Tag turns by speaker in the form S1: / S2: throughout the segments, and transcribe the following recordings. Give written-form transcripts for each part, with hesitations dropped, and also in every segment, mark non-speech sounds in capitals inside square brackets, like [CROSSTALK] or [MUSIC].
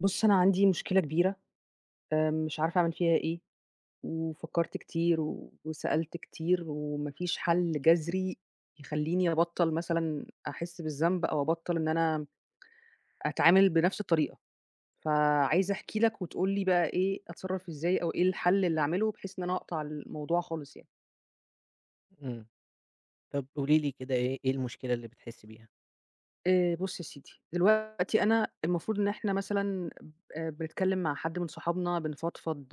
S1: بُص، أنا عندي مشكلة كبيرة، مش عارفة أعمل فيها إيه، وفكّرت كتير و وسألت كتير وما فيش حل جذري يخلّيني أبطّل مثلًا أحس بالذنب أو أبطّل إن أنا أتعامل بنفس الطريقة، فعايزة أحكي لك وتقول لي بقى إيه أتصرّف إزاي أو إيه الحل اللي أعمله بحيث إن أنا أقطع الموضوع خالص يعني.
S2: إمم. طب قولي لي كده إيه المشكلة اللي بتحسّي بيها؟
S1: بُص يا سيدي، دلوقتي أنا المفروض إن إحنا مثلًا ب بنتكلّم مع حد من صحابنا، بنفضفض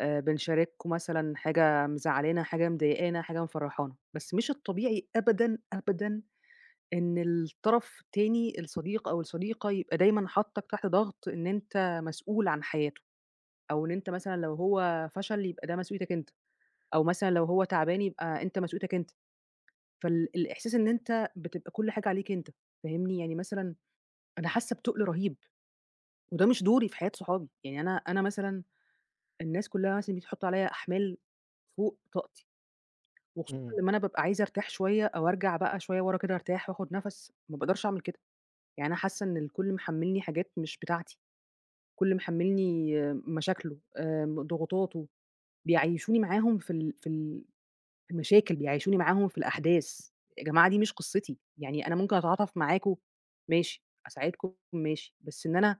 S1: بنشاركه مثلًا حاجة مزعّلانا، حاجة مضايقانا، حاجة مفرّحانا، بس مش الطبيعي أبدًا، أبدًا إن الطرف التاني الصديق أو الصديقة يبقى دايمًا حاطّك تحت ضغط إن أنت مسؤول عن حياته، أو إن أنت مثلًا لو هو فشل يبقى ده مسؤوليتك أنت، أو مثلًا لو هو تعبان يبقى أنت مسؤوليتك أنت، فال الإحساس إن أنت بتبقى كل حاجة عليك أنت، فاهمني؟ يعني مثلًا أنا حاسة بتُقل رهيب، وده مش دوري في حياة صحابي، يعني أنا مثلًا الناس كلّها مثلًا بتيجي تحُط عليَّ أحمال فوق طاقتي. وخصوصًا
S2: إمم.
S1: لمّا أنا بابقى عايزة أرتاح شوية أو أرجع بقى شوية ورا كده أرتاح وآخُد نَفَس، ما باقدرش أعمل كده، يعني أنا حاسة إن الكل محمّلني حاجات مش بتاعتي، الكل محمّلني آه، مشاكله، ضغوطاته، بيعيّشوني معاهم في ال في المشاكل، بيعيّشوني معاهم في الأحداث، يا جماعة دي مش قصتي، يعني أنا ممكن أتعاطف معاكم ماشي، أساعدكم ماشي، بس إن أنا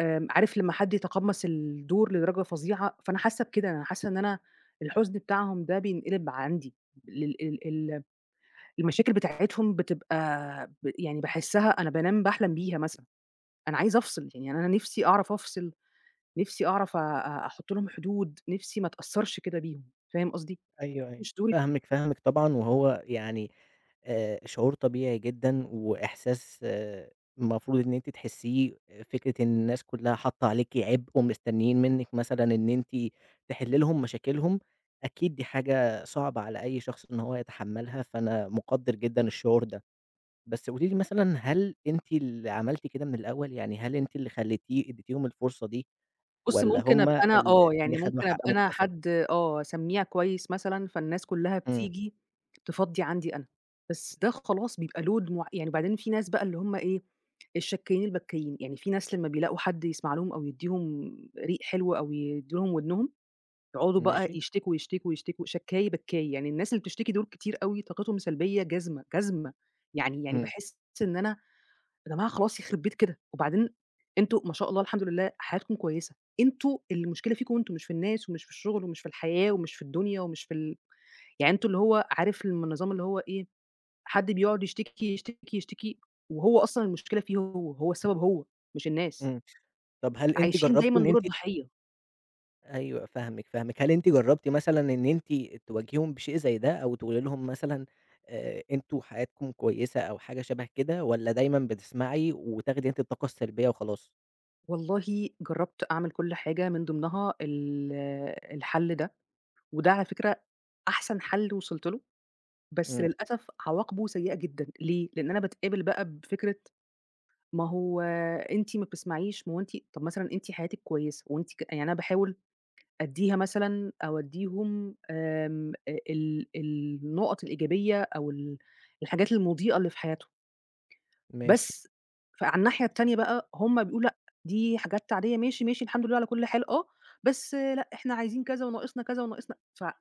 S1: عارف لمّا حد يتقمّص الدور لدرجة فظيعة، فأنا حاسة بكده، أنا حاسة إن أنا الحزن بتاعهم ده بينقلب عندي لل ال ال المشاكل بتاعتهم بتبقى يعني باحسّها أنا بانام باحلم بيها مثلًا، أنا عايزة أفصل، يعني أنا نِفْسي أعرف أفصل، نِفْسي أعرف أ أ أحُط لهم حدود، نِفْسي ما أتأثّرش كده بيهم، فاهم قصدي؟
S2: أيوه، أيوه.
S1: مش دول
S2: فاهمِك، فاهمِك طبعًا وهو يعني شعور طبيعي جدًا وإحساس المفروض إن أنتِ تحسّيه، فكرة إن الناس كُلّها حاطّة عليكِ عبء ومستنّيين منِّك مثلًا إن أنتِ تحلّي لهم مشاكلهم، أكيد دي حاجة صعبة على أي شخص إن هو يتحمّلها، فأنا مُقدّر جدًا الشعور ده. بس قولي لي مثلًا هل أنتِ اللي عملتِ كده من الأول، يعني هل أنتِ اللي خلّيتيه ادّيتيهم الفرصة دي
S1: بُص
S2: والّا
S1: ممكن
S2: هم
S1: أبقى
S2: ال
S1: أنا آه، يعني
S2: اللي خدوا
S1: ممكن
S2: حق
S1: أبقى أنا
S2: مُكتسب؟
S1: حد آه، سميع كويس مثلًا، فالناس كُلّها
S2: إمم،
S1: بتيجي تفضّي عندي أنا، بس ده خلاص بيبقى load مع يعني وبعدين في ناس بقى اللي هم إيه، الشكّايين البكّايين، يعني في ناس لمّا بيلاقوا حد يسمع لهم أو يدّيهم ريق حلو أو يدّوا لهم ودنهم يقعدوا بقى
S2: ماشي،
S1: يشتكوا، يشتكوا، يشتكوا، شكّاية بكّاية، يعني الناس اللي بتشتكي دول كتير أوي طاقتهم سلبية جازمة، جازمة، يعني
S2: إمم،
S1: باحس إن أنا يا جماعة خلاص يخرب بيت كده، وبعدين أنتم ما شاء الله الحمد لله حياتكم كويسة، أنتم المشكلة فيكم أنتم مش في الناس ومش في الشغل ومش في الحياة ومش في الدنيا ومش في ال يعني أنتم اللي هو عارف النظام اللي هو إيه، حد بيقعد يشتكي، يشتكي، يشتكي وهو أصلًا المشكلة فيه هو، هو السبب هو مش الناس،
S2: إمم. طب هل أنتِ
S1: عايشين
S2: جرّبتِ
S1: دايمًا
S2: إن
S1: دور
S2: أنتِ.
S1: الضحية.
S2: أيوه فاهمِك، فاهمِك. هل أنتِ جرّبتِ مثلًا إن أنتِ تواجهيهم بشيء زي ده أو تقولي لهم مثلًا أنتم حياتكم كويسة أو حاجة شَبه كده والّا دايمًا بتسمعي وتاخدي أنتِ الطاقة السلبية وخلاص؟
S1: والله جرّبت أعمل كل حاجة من ضمنها الحل ده، وده على فكرة أحسن حل وصلت له، بس
S2: إمم،
S1: للأسف عواقبه سيئة جدًا، ليه؟ لإن أنا باتقابل بقى بفكرة ما هو أنتِ ما بتسمعيش، ما هو أنتِ طَب مثلًا أنتِ حياتِك كويسة وأنتِ ك يعني أنا باحاول أدّيها مثلًا أو أدّيهم آمم، أ ال النُقط الإيجابية أو ال الحاجات المضيئة اللي في حياتهم.
S2: ماشي.
S1: بس فعلى الناحية التانية بقى هُم بيقولوا لأ، دي حاجات عادية ماشي، ماشي الحمد لله على كل حال آه، بس لأ إحنا عايزين كذا وناقصنا كذا وناقصنا ف أ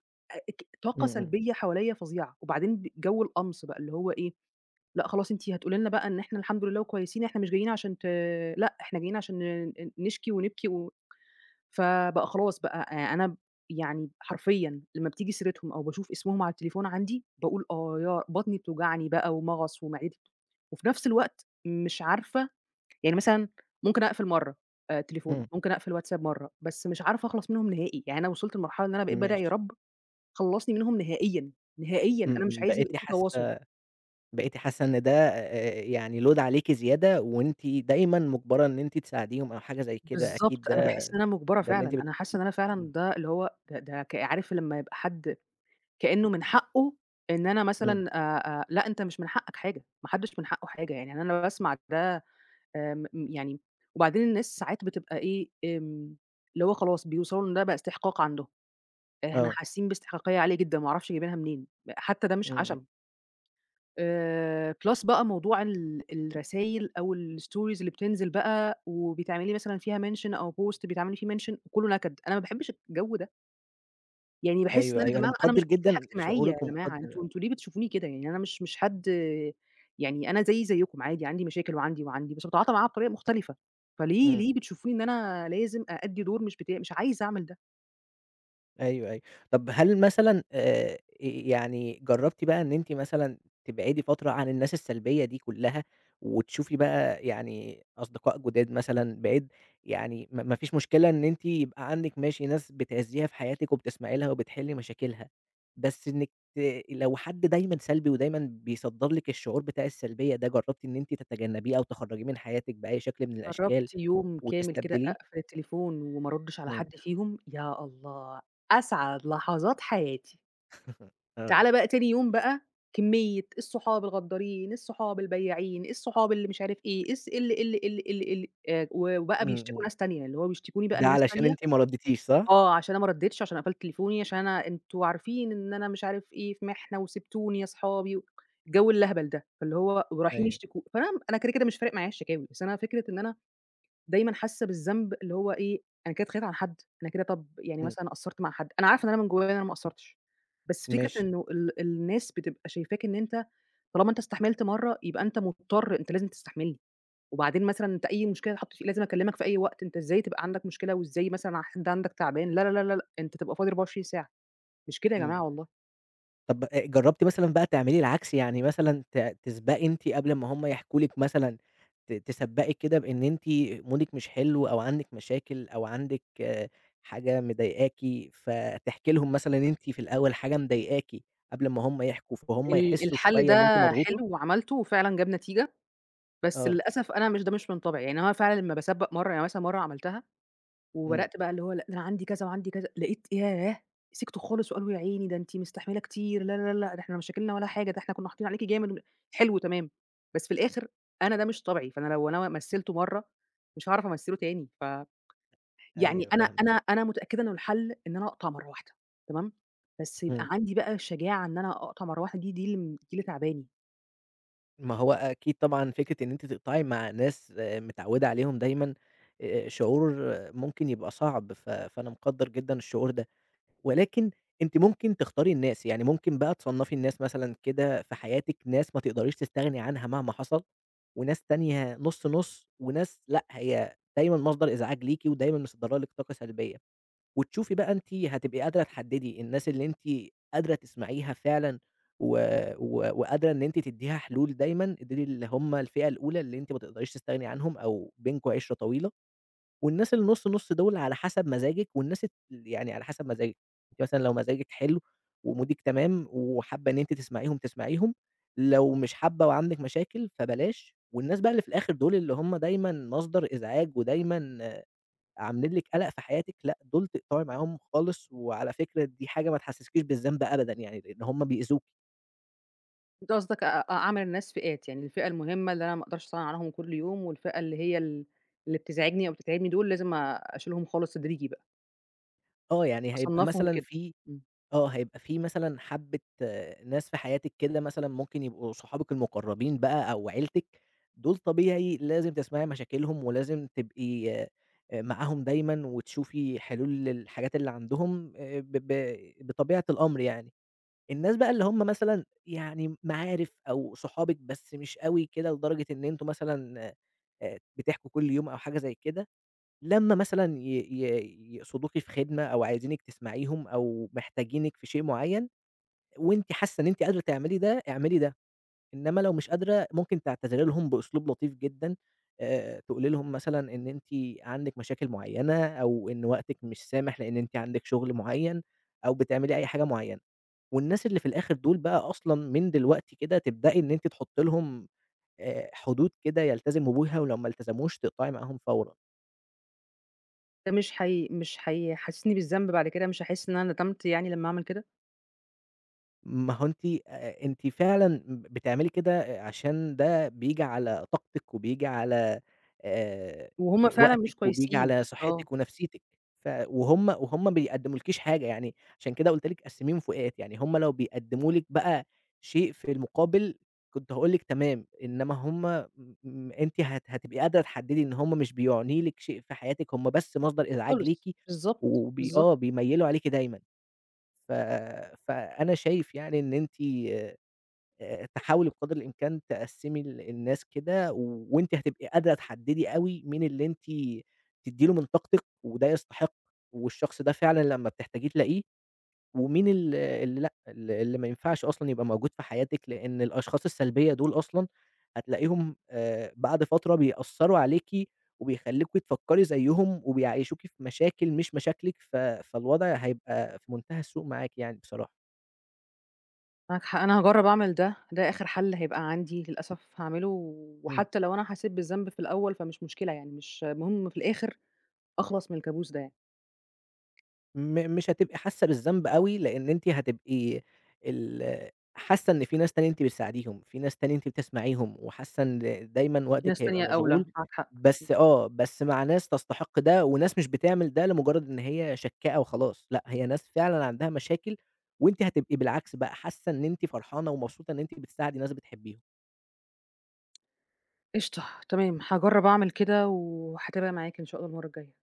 S1: ك
S2: إمم،
S1: طاقة
S2: إمم،
S1: سلبية حواليّا فظيعة، وبعدين ب جو القمص بقى اللي هو إيه، لأ خلاص أنتِ هتقولي لنا بقى إن إحنا الحمد لله وكويسين، إحنا مش جايين عشان ت لأ إحنا جايين عشان ن ن نشكي ونبكي و فبقى خلاص بقى أنا ب يعني حرفيًا لمّا بتيجي سيرتهم أو باشوف اسمهم على التليفون عندي، باقول آه يا بطني بتوجعني بقى ومغص ومعدتي بت وفي نفس الوقت مش عارفة يعني مثلًا ممكن أقفل مرّة تليفون، ممكن أقفل واتساب مرّة، بس مش عارفة أخلص منهم نهائي، يعني أنا وصلت لمرحلة إن أنا
S2: إمم،
S1: بقيت بادعي يا
S2: ماشي.
S1: رب خلّصني منهم نهائيًا، نهائيًا،
S2: إمم،
S1: أنا مش
S2: إمم.
S1: عايزة يبقى
S2: بقيتِ
S1: في تواصل.
S2: حاسة بقيتِ حاسة إن ده يعني load عليكِ زيادة وأنتِ دايمًا مُجبرة إن أنتِ تساعديهم أو حاجة زي كده
S1: بالضبط،
S2: أكيد
S1: أنا
S2: ده
S1: باحس إن أنا مُجبرة
S2: ده اللي
S1: فعلًا،
S2: أنتِ.
S1: أنا حاسة إن أنا
S2: إمم،
S1: فعلًا ده اللي هو ده ك عارف لمّا يبقى حد كإنه من حقّه إن أنا
S2: إمم،
S1: مثلًا لأ، أنت مش من حقك حاجة، ما حدّش من حقّه حاجة، يعني أنا باسمع ده يعني وبعدين الناس ساعات بتبقى إيه، اللي هو خلاص بيوصلوا إن ده بقى استحقاق عندهم، إحنا
S2: آه،
S1: حاسين باستحقاقية عالية جدًا ما أعرفش جايبينها منين، حتّى ده مش
S2: إمم، إمم،
S1: عَشَم. Plus بقى موضوع الرسايل أو الstories اللي بتنزل بقى وبتعملي مثلًا فيها mention أو post بتعملي فيه mention وكلّه نكد، أنا ما باحبّش الجو ده. يعني باحس إن
S2: أيوه،
S1: أنا يا
S2: أيوه، أنا
S1: جماعة أنا
S2: مقدّر
S1: مش مصلحة
S2: جدًا
S1: اجتماعية يا
S2: شعورِك
S1: جماعة، أنتم
S2: ومقدّر.
S1: أنتم ليه بتشوفوني كده؟ يعني أنا مش حد يعني أنا زيي زيكم عادي، عندي مشاكل وعندي، وعندي، بس باتعاطى معاها بطريقة مختلفة، فليه
S2: إمم،
S1: ليه بتشوفوني إن أنا لازم أأدّي دور مش بتاعي؟ مش عايزة أعمل ده.
S2: أيوه، أيوه. طب هل مثلًا يعني جرّبتِ بقى إن أنتِ مثلًا تبعدي فترة عن الناس السلبية دي كلّها، وتشوفي بقى يعني أصدقاء جداد مثلًا بعيد يعني ما فيش مشكلة إن أنتِ يبقى عندِك ماشي ناس بتأذيها في حياتِك وبتسمعي لها وبتحلّي مشاكلها، بس إنِّك ت لو حد دايمًا سلبي ودايمًا بيصدّر لِك الشعور بتاع السلبية ده، جرّبتِ إن أنتِ تتجنّبيه أو تخرّجيه من حياتِك بأي شكل من الأشكال
S1: جرّبت يوم كامل كده
S2: وتستبدليه؟
S1: أقفل التليفون وما أردّش على
S2: إمم.
S1: حد فيهم، يا الله! أسعد لحظات حياتي.
S2: [LAUGHS] آه.
S1: تعالَ بقى تاني يوم بقى كمية الصحاب الغدّارين، الصحاب البيّاعين، الصحاب اللي مش عارف إيه، الص ال ال ال ال ال و وبقى
S2: إمم،
S1: بيشتكوا
S2: إمم.
S1: ناس تانية، اللي هو بيشتكوني بقى
S2: ده
S1: لناس
S2: علشان
S1: تانية
S2: أنتِ ما ردّيتيش صح؟
S1: آه، عشان أنا ما ردّيتش، عشان قفلت تليفوني، عشان أنا أنتم عارفين إن أنا مش عارف إيه في مِحنة وسِبتوني يا صحابي و الجو الأهبل ده، فاللي هو ورايحين
S2: أيوه.
S1: يشتكوا فأنا أنا كده، كده مش فارق معايا الشكاوي، بس أنا فكرة إن أنا دايمًا حاسة بالذنب اللي هو إيه، أنا كده اتخانقت عن حد، أنا كده طَب يعني
S2: إمم،
S1: مثلًا قصّرت مع حد، أنا عارفة إن أنا من جوايا أنا ما قصّرتش، بس فكرة
S2: ماشي.
S1: إنه الناس بتبقى شايفاك إن أنت طالما أنت استحملت مرّة يبقى أنت مضطر، أنت لازم تستحملني، وبعدين مثلًا أنت أي مشكلة تتحط في لازم أكلمك في أي وقت، أنت إزاي تبقى عندك مشكلة وإزاي مثلًا حد عندك تعبان، لا، لا، لا، لا، لأ، أنت تبقى فاضي 24 ساعة، مش كده يا
S2: إمم،
S1: جماعة والله.
S2: طب جرّبتِ مثلًا بقى تعملي العكس، يعني مثلًا تسبقي أنتِ قبل ما هُم يحكوا لِك مثلًا تسبقي كده بإن أنتِ مودِك مش حلو أو عندِك مشاكل أو عندِك حاجة مضايقاكِ، فتحكي لهم مثلًا إن أنتِ في الأول حاجة مضايقاكِ قبل ما هُم يحكوا، فهُم يحسّوا
S1: الحل
S2: شوية إن أنتِ
S1: ده
S2: مضغوطة؟
S1: حلو وعملته وفعلًا جاب نتيجة، بس
S2: آه،
S1: للأسف أنا مش ده مش من طبعي، يعني أنا فعلًا لمّا باسبّق مرّة يعني مثلًا مرّة عملتها
S2: إمم،
S1: وبدأت بقى اللي هو لأ ده أنا عندي كذا وعندي كذا، لقيت ياه! سِكتوا خالص وقالوا يا عيني ده أنتِ مستحملة كتير، لا، لا، لا، ده إحنا مشاكلنا ولا حاجة، ده إحنا كنا حاطين عليكِ جامد، حلو تمام، بس في الآخر أنا ده مش طبعي، فأنا لو أنا مثّلته مرّة مش هاعرف أمثّله تاني، ف يعني
S2: أيوه
S1: أنا
S2: فاهمِك،
S1: أنا أنا متأكدة إنه الحل إن أنا أقطع مرّة واحدة تمام، بس يبقى
S2: إمم.
S1: عندي بقى الشجاعة إن أنا أقطع مرّة واحدة دي اللي م دي اللي تعباني.
S2: ما هو أكيد طبعًا فكرة إن أنتِ تقطعي مع ناس متعوّدة عليهم دايمًا شعور ممكن يبقى صعب، فأنا مقدّر جدًا الشعور ده، ولكن أنتِ ممكن تختاري الناس، يعني ممكن بقى تصنّفي الناس مثلًا كده في حياتِك ناس ما تقدريش تستغني عنها مهما حصل، وناس تانية نُص، نُص، وناس لأ، هي دايمًا مصدر إزعاج ليكِ ودايمًا مصدّرة لِك طاقة سلبية. وتشوفي بقى أنتِ هتبقي قادرة تحددي الناس اللي أنتِ قادرة تسمعيها فعلًا و و وقادرة إن أنتِ تدّيها حلول دايمًا، دول اللي هم الفئة الأولى اللي أنتِ ما تقدريش تستغني عنهم أو بينكم عِشرة طويلة، والناس اللي نُص، نُص دول على حسب مزاجِك والناس يعني على حسب مزاجِك، أنتِ مثلًا لو مزاجِك حلو ومودِك تمام وحابة إن أنتِ تسمعيهم، تسمعيهم، لو مش حابة وعندِك مشاكل فبلاش، والناس بقى اللي في الآخر دول اللي هم دايمًا مصدر إزعاج ودايمًا عاملين لِك قَلَق في حياتِك، لأ، دول تقطعي معاهم خالص، وعلى فكرة دي حاجة ما تحسسكيش بالذنب أبدًا يعني، لإن هُم بيأذوكِ.
S1: أنت قصدك أ أ أعمل الناس فئات، يعني الفئة المهمة اللي أنا ما أقدرش أستغنى عنهم كل يوم، والفئة اللي هي اللي بتزعجني أو بتتعبني دول لازم أشيلهم خالص تدريجي بقى،
S2: آه، يعني هيبقى
S1: أصنّفهم
S2: مثلًا
S1: كده،
S2: في
S1: إمم،
S2: آه، هيبقى في مثلًا حبّة ناس في حياتِك كده مثلًا ممكن يبقوا صحابِك المقربين بقى أو عيلتِك، دول طبيعي لازم تسمعي مشاكلهم، ولازم تبقي معاهم دايمًا، وتشوفي حلول للحاجات اللي عندهم ب ب بطبيعة الأمر يعني. الناس بقى اللي هم مثلًا يعني معارف أو صحابِك بس مش أوي كده لدرجة إن أنتم مثلًا بتحكوا كل يوم أو حاجة زي كده، لمّا مثلًا ي ي يقصدوكِ في خدمة أو عايزينِك تسمعيهم أو محتاجينِك في شيء معيّن وأنتِ حاسة إن أنتِ قادرة تعملي ده، اعملي ده، إنما لو مش قادرة ممكن تعتذري لهم بأسلوب لطيف جدًا، تقولي لهم مثلًا إن أنتِ عندِك مشاكل معيّنة أو إن وقتِك مش سامح لإن أنتِ عندِك شغل معيّن أو بتعملي أي حاجة معيّنة. والناس اللي في الآخر دول بقى أصلًا من دلوقتي كده تبدئي إن أنتِ تحطّي لهم حدود كده يلتزموا بيها، ولو ما التزموش تقطعي معاهم فورًا.
S1: ده مش هي مش هيحسسني بالذنب بعد كده، مش هاحس إن أنا ندمت يعني لمّا أعمل كده؟
S2: ما هو أنتِ فعلًا بتعملي كده عشان ده بييجي على طاقتِك وبييجي على آآ
S1: وهُم فعلًا مش
S2: وقتِك وبييجي
S1: كويسين،
S2: على
S1: آه،
S2: صحتِك ونفسيتِك، ف وهُم وهُم ما بيقدمولكيش حاجة يعني، عشان كده قُلت لِك قسّميهم فئات، يعني هُم لو بيقدموا لِك بقى شيء في المقابل كنت هاقول لِك تمام، إنما هُم م أنتِ هتبقي قادرة تحددي إن هُم مش بيعني لِك شيء في حياتِك، هُم بس مصدر إزعاج
S1: خالص،
S2: ليكِ
S1: بالضبط،
S2: وبي
S1: بالضبط،
S2: آه بيميّلوا عليكِ دايمًا. ف فأنا شايف يعني إن أنتِ تحاولي بقدر الإمكان تقسّمي الناس كده، و- وأنتِ هتبقي قادرة تحدّدي أوي مين اللي أنتِ تدّي له من طاقتِك وده يستحق، والشخص ده فعلًا لمّا بتحتاجيه تلاقيه، ومين اللي لأ، اللي ما ينفعش أصلًا يبقى موجود في حياتِك، لإن الأشخاص السلبية دول أصلًا هتلاقيهم بعد فترة بيأثّروا عليكِ، وبيخلّوكِ تفكّري زيّهم، وبيعيّشوكِ في مشاكل مش مشاكلِك، فالوضع هيبقى في منتهى السوء معاكِ يعني بصراحة.
S1: معاك حق، أنا هاجرّب أعمل ده، ده آخر حل هيبقى عندي للأسف هاعمله،
S2: إمم.
S1: وحتى لو أنا حسيت بالذنب في الأول فمش مشكلة يعني، مش المهم في الآخر أخلص من الكابوس ده يعني،
S2: مش هتبقي حاسة بالذنب أوي، لإن أنتِ هتبقي ال حاسة إن في ناس تانية أنتِ بتساعديهم، في ناس تانية أنتِ بتسمعيهم، وحاسة إن دايمًا
S1: في ناس
S2: وقتِك هيبقى
S1: تانية أولى،
S2: مشغول،
S1: معاك حق.
S2: بس آه، بس مع ناس تستحق ده، وناس مش بتعمل ده لمجرد إن هي شكّاءة وخلاص، لأ، هي ناس فعلًا عندها مشاكل، وأنتِ هتبقي بالعكس بقى حاسة إن أنتِ فرحانة ومبسوطة إن أنتِ بتساعدي ناس بتحبيهم.
S1: قشطة، تمام، هاجرّب أعمل كده وهاتابع معاك إن شاء الله المرّة الجاية.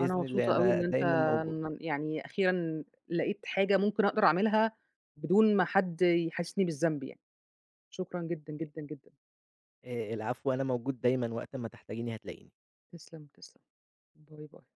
S1: أنا
S2: الله
S1: مبسوطة أوي
S2: أنا
S1: إن أنت
S2: دايمًا موجود.
S1: ن يعني أخيرًا لقيت حاجة ممكن أقدر أعملها بدون ما حد يحسّسني بالذنب يعني. شكرًا جدًا، جدًا، جدًا.
S2: العفو، أنا موجود دايمًا وقت ما تحتاجيني هتلاقيني.
S1: تسلم، تسلم. باي، باي.